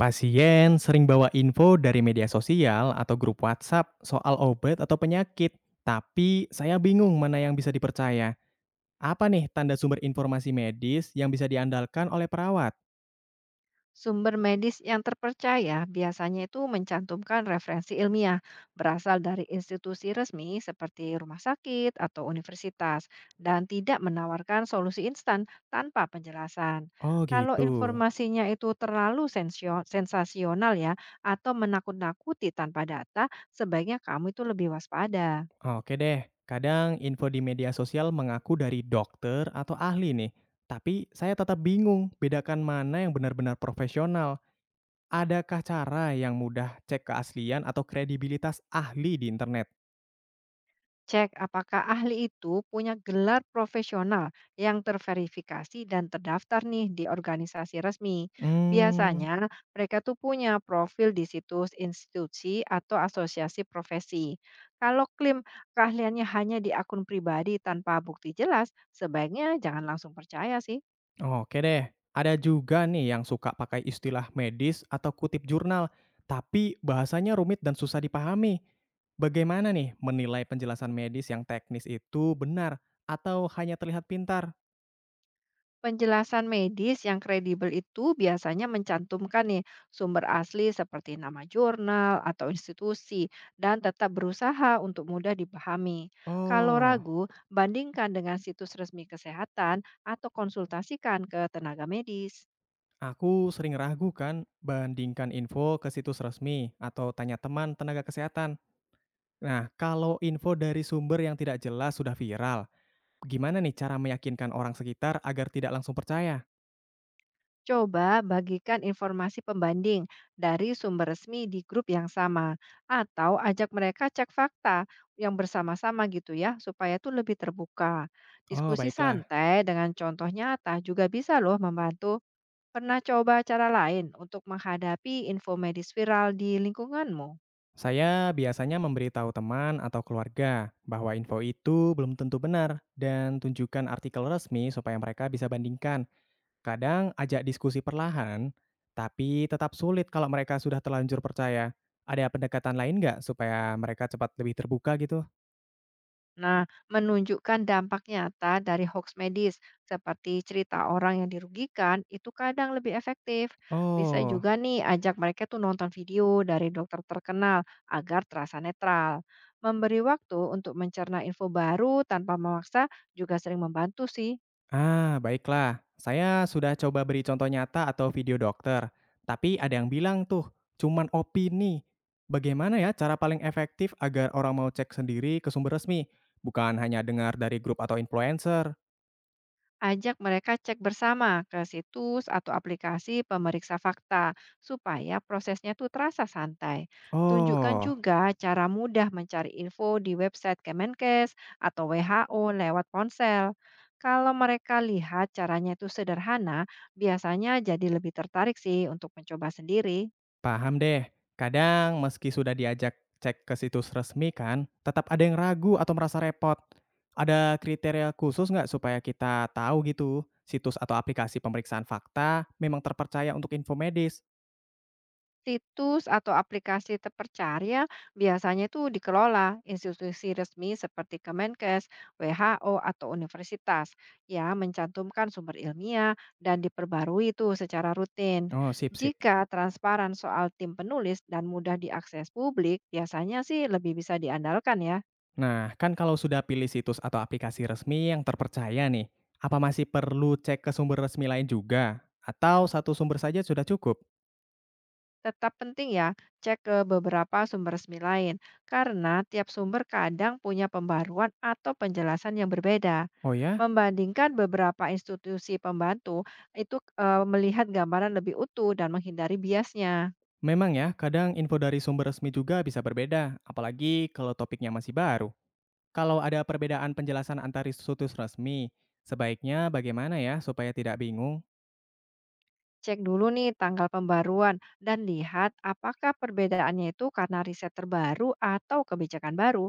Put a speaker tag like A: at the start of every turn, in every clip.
A: Pasien sering bawa info dari media sosial atau grup WhatsApp soal obat atau penyakit, tapi saya bingung mana yang bisa dipercaya. Apa nih tanda sumber informasi medis yang bisa diandalkan oleh perawat?
B: Sumber medis yang terpercaya biasanya itu mencantumkan referensi ilmiah berasal dari institusi resmi seperti rumah sakit atau universitas dan tidak menawarkan solusi instan tanpa penjelasan.
A: Oh
B: Kalau
A: gitu.
B: informasinya itu terlalu sensasional ya atau menakut-nakuti tanpa data, sebaiknya kamu itu lebih waspada.
A: Oke deh. Kadang info di media sosial mengaku dari dokter atau ahli nih, tapi saya tetap bingung bedakan mana yang benar-benar profesional. Adakah cara yang mudah cek keaslian atau kredibilitas ahli di internet?
B: Cek apakah ahli itu punya gelar profesional yang terverifikasi dan terdaftar nih di organisasi resmi.
A: Hmm.
B: Biasanya mereka tuh punya profil di situs institusi atau asosiasi profesi. Kalau klaim keahliannya hanya di akun pribadi tanpa bukti jelas, sebaiknya jangan langsung percaya sih.
A: Oke deh, ada juga nih yang suka pakai istilah medis atau kutip jurnal, tapi bahasanya rumit dan susah dipahami. Bagaimana nih menilai penjelasan medis yang teknis itu benar atau hanya terlihat pintar?
B: Penjelasan medis yang kredibel itu biasanya mencantumkan nih sumber asli seperti nama jurnal atau institusi dan tetap berusaha untuk mudah dipahami. Kalau
A: Oh,
B: ragu, bandingkan dengan situs resmi kesehatan atau konsultasikan ke tenaga medis.
A: aku sering ragu kan bandingkan info ke situs resmi atau tanya teman tenaga kesehatan. Nah, kalau info dari sumber yang tidak jelas sudah viral, gimana nih cara meyakinkan orang sekitar agar tidak langsung percaya?
B: Coba bagikan informasi pembanding dari sumber resmi di grup yang sama atau ajak mereka cek fakta yang bersama-sama gitu ya supaya tuh lebih terbuka.
A: Oh,
B: Diskusi
A: baiklah.
B: santai dengan contoh nyata juga bisa loh membantu. Pernah coba cara lain untuk menghadapi info medis viral di lingkunganmu?
A: Saya biasanya memberitahu teman atau keluarga bahwa info itu belum tentu benar dan tunjukkan artikel resmi supaya mereka bisa bandingkan. Kadang ajak diskusi perlahan, tapi tetap sulit kalau mereka sudah terlanjur percaya. Ada pendekatan lain nggak supaya mereka cepat lebih terbuka gitu?
B: Nah, menunjukkan dampak nyata dari hoax medis, seperti cerita orang yang dirugikan, itu kadang lebih efektif. Bisa
A: Oh.
B: juga nih ajak mereka tuh nonton video dari dokter terkenal agar terasa netral. Memberi waktu untuk mencerna info baru tanpa memaksa juga sering membantu sih.
A: Ah, baiklah. Saya sudah coba beri contoh nyata atau video dokter, tapi ada yang bilang tuh, cuman opini. Bagaimana ya cara paling efektif agar orang mau cek sendiri ke sumber resmi, bukan hanya dengar dari grup atau influencer?
B: Ajak mereka cek bersama ke situs atau aplikasi pemeriksa fakta supaya prosesnya tuh terasa santai. Tunjukkan
A: Oh,
B: juga cara mudah mencari info di website Kemenkes atau WHO lewat ponsel. Kalau mereka lihat caranya itu sederhana, biasanya jadi lebih tertarik sih untuk mencoba sendiri.
A: paham deh. Kadang meski sudah diajak cek ke situs resmi kan, tetap ada yang ragu atau merasa repot. Ada kriteria khusus nggak supaya kita tahu gitu, situs atau aplikasi pemeriksaan fakta memang terpercaya untuk info medis?
B: Situs atau aplikasi terpercaya biasanya itu dikelola institusi resmi seperti Kemenkes, WHO, atau universitas yang mencantumkan sumber ilmiah dan diperbarui itu secara rutin.
A: Oh, sip sip.
B: Jika transparan soal tim penulis dan mudah diakses publik, biasanya sih lebih bisa diandalkan ya.
A: Nah, kan kalau sudah pilih situs atau aplikasi resmi yang terpercaya nih, apa masih perlu cek ke sumber resmi lain juga? Atau satu sumber saja sudah cukup?
B: Tetap penting ya, cek ke beberapa sumber resmi lain, karena tiap sumber kadang punya pembaruan atau penjelasan yang berbeda.
A: Oh ya?
B: Membandingkan beberapa institusi pembantu, melihat gambaran lebih utuh dan menghindari biasnya.
A: Memang ya, kadang info dari sumber resmi juga bisa berbeda, apalagi kalau topiknya masih baru. Kalau ada perbedaan penjelasan antar situs resmi, sebaiknya bagaimana ya supaya tidak bingung?
B: Cek dulu nih tanggal pembaruan dan lihat apakah perbedaannya itu karena riset terbaru atau kebijakan baru.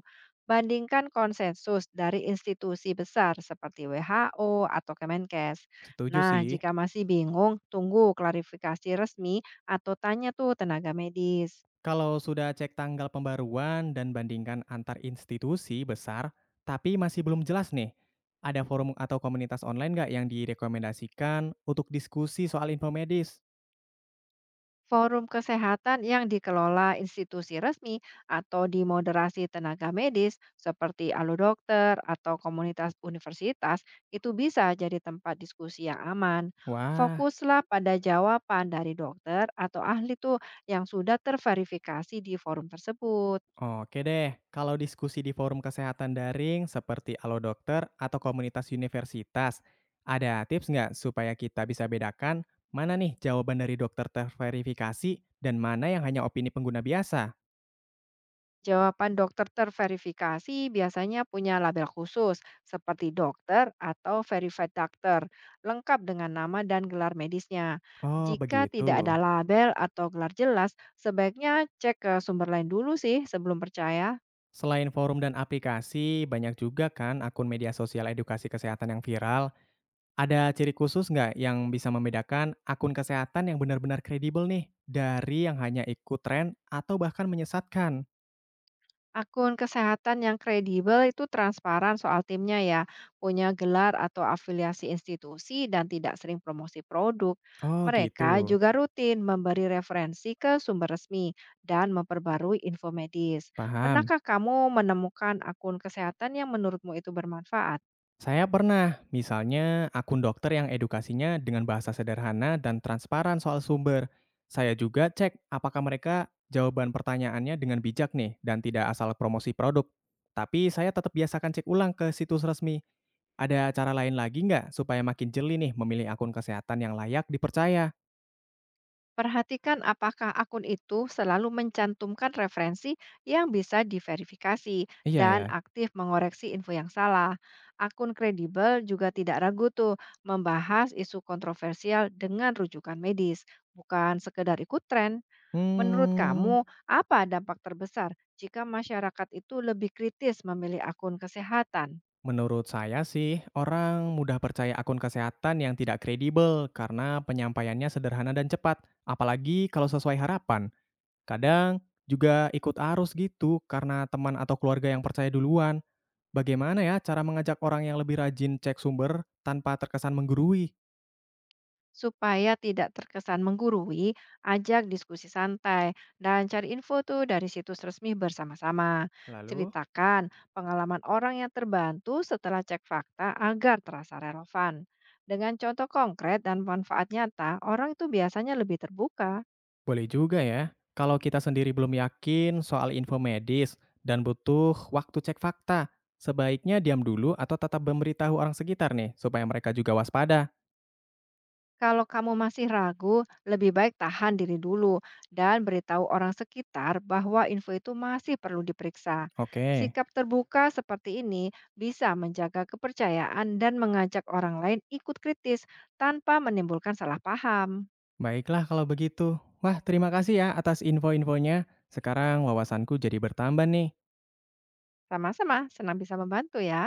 B: Bandingkan konsensus dari institusi besar seperti WHO atau Kemenkes.
A: Setuju
B: Nah,
A: sih.
B: jika masih bingung, tunggu klarifikasi resmi atau tanya tuh tenaga medis.
A: Kalau sudah cek tanggal pembaruan dan bandingkan antar institusi besar, tapi masih belum jelas nih, ada forum atau komunitas online nggak yang direkomendasikan untuk diskusi soal info medis?
B: Forum kesehatan yang dikelola institusi resmi atau dimoderasi tenaga medis seperti Alu Dokter atau komunitas universitas itu bisa jadi tempat diskusi yang aman.
A: Wah,
B: Fokuslah pada jawaban dari dokter atau ahli tuh yang sudah terverifikasi di forum tersebut.
A: oke deh. Kalau diskusi di forum kesehatan daring seperti Alo Dokter atau komunitas universitas, ada tips nggak supaya kita bisa bedakan mana nih jawaban dari dokter terverifikasi dan mana yang hanya opini pengguna biasa?
B: Jawaban dokter terverifikasi biasanya punya label khusus seperti dokter atau verified doctor, lengkap dengan nama dan gelar medisnya.
A: Oh,
B: Jika tidak ada
A: begitu.
B: label atau gelar jelas, sebaiknya cek ke sumber lain dulu sih sebelum percaya.
A: Selain forum dan aplikasi, banyak juga kan akun media sosial edukasi kesehatan yang viral. Ada ciri khusus nggak yang bisa membedakan akun kesehatan yang benar-benar kredibel nih dari yang hanya ikut tren atau bahkan menyesatkan?
B: Akun kesehatan yang kredibel itu transparan soal timnya ya, punya gelar atau afiliasi institusi dan tidak sering promosi produk.
A: Oh gitu,
B: Mereka juga rutin memberi referensi ke sumber resmi dan memperbarui info medis.
A: paham.
B: Pernahkah kamu menemukan akun kesehatan yang menurutmu itu bermanfaat?
A: Saya pernah, misalnya akun dokter yang edukasinya dengan bahasa sederhana dan transparan soal sumber. Saya juga cek apakah mereka jawaban pertanyaannya dengan bijak nih dan tidak asal promosi produk. Tapi saya tetap biasakan cek ulang ke situs resmi. Ada cara lain lagi nggak supaya makin jeli nih memilih akun kesehatan yang layak dipercaya?
B: Perhatikan apakah akun itu selalu mencantumkan referensi yang bisa diverifikasi
A: Iya
B: dan
A: ya.
B: aktif mengoreksi info yang salah. Akun kredibel juga tidak ragu tuh membahas isu kontroversial dengan rujukan medis, bukan sekedar ikut tren. Menurut
A: Hmm.
B: kamu, apa dampak terbesar jika masyarakat itu lebih kritis memilih akun kesehatan?
A: Menurut saya sih, orang mudah percaya akun kesehatan yang tidak kredibel karena penyampaiannya sederhana dan cepat, apalagi kalau sesuai harapan. Kadang juga ikut arus gitu karena teman atau keluarga yang percaya duluan. Bagaimana ya cara mengajak orang yang lebih rajin cek sumber tanpa terkesan menggurui?
B: Supaya tidak terkesan menggurui, ajak diskusi santai dan cari info tuh dari situs resmi bersama-sama.
A: Lalu,
B: Ceritakan pengalaman orang yang terbantu setelah cek fakta agar terasa relevan. Dengan contoh konkret dan manfaat nyata, orang itu biasanya lebih terbuka.
A: boleh juga ya kalau kita sendiri belum yakin soal info medis dan butuh waktu cek fakta. Sebaiknya diam dulu atau tetap memberitahu orang sekitar nih supaya mereka juga waspada.
B: Kalau kamu masih ragu, lebih baik tahan diri dulu dan beritahu orang sekitar bahwa info itu masih perlu diperiksa.
A: Oke,
B: Sikap terbuka seperti ini bisa menjaga kepercayaan dan mengajak orang lain ikut kritis tanpa menimbulkan salah paham.
A: baiklah kalau begitu. Wah, terima kasih ya atas info-infonya. Sekarang wawasanku jadi bertambah nih.
B: Sama-sama, senang bisa membantu ya.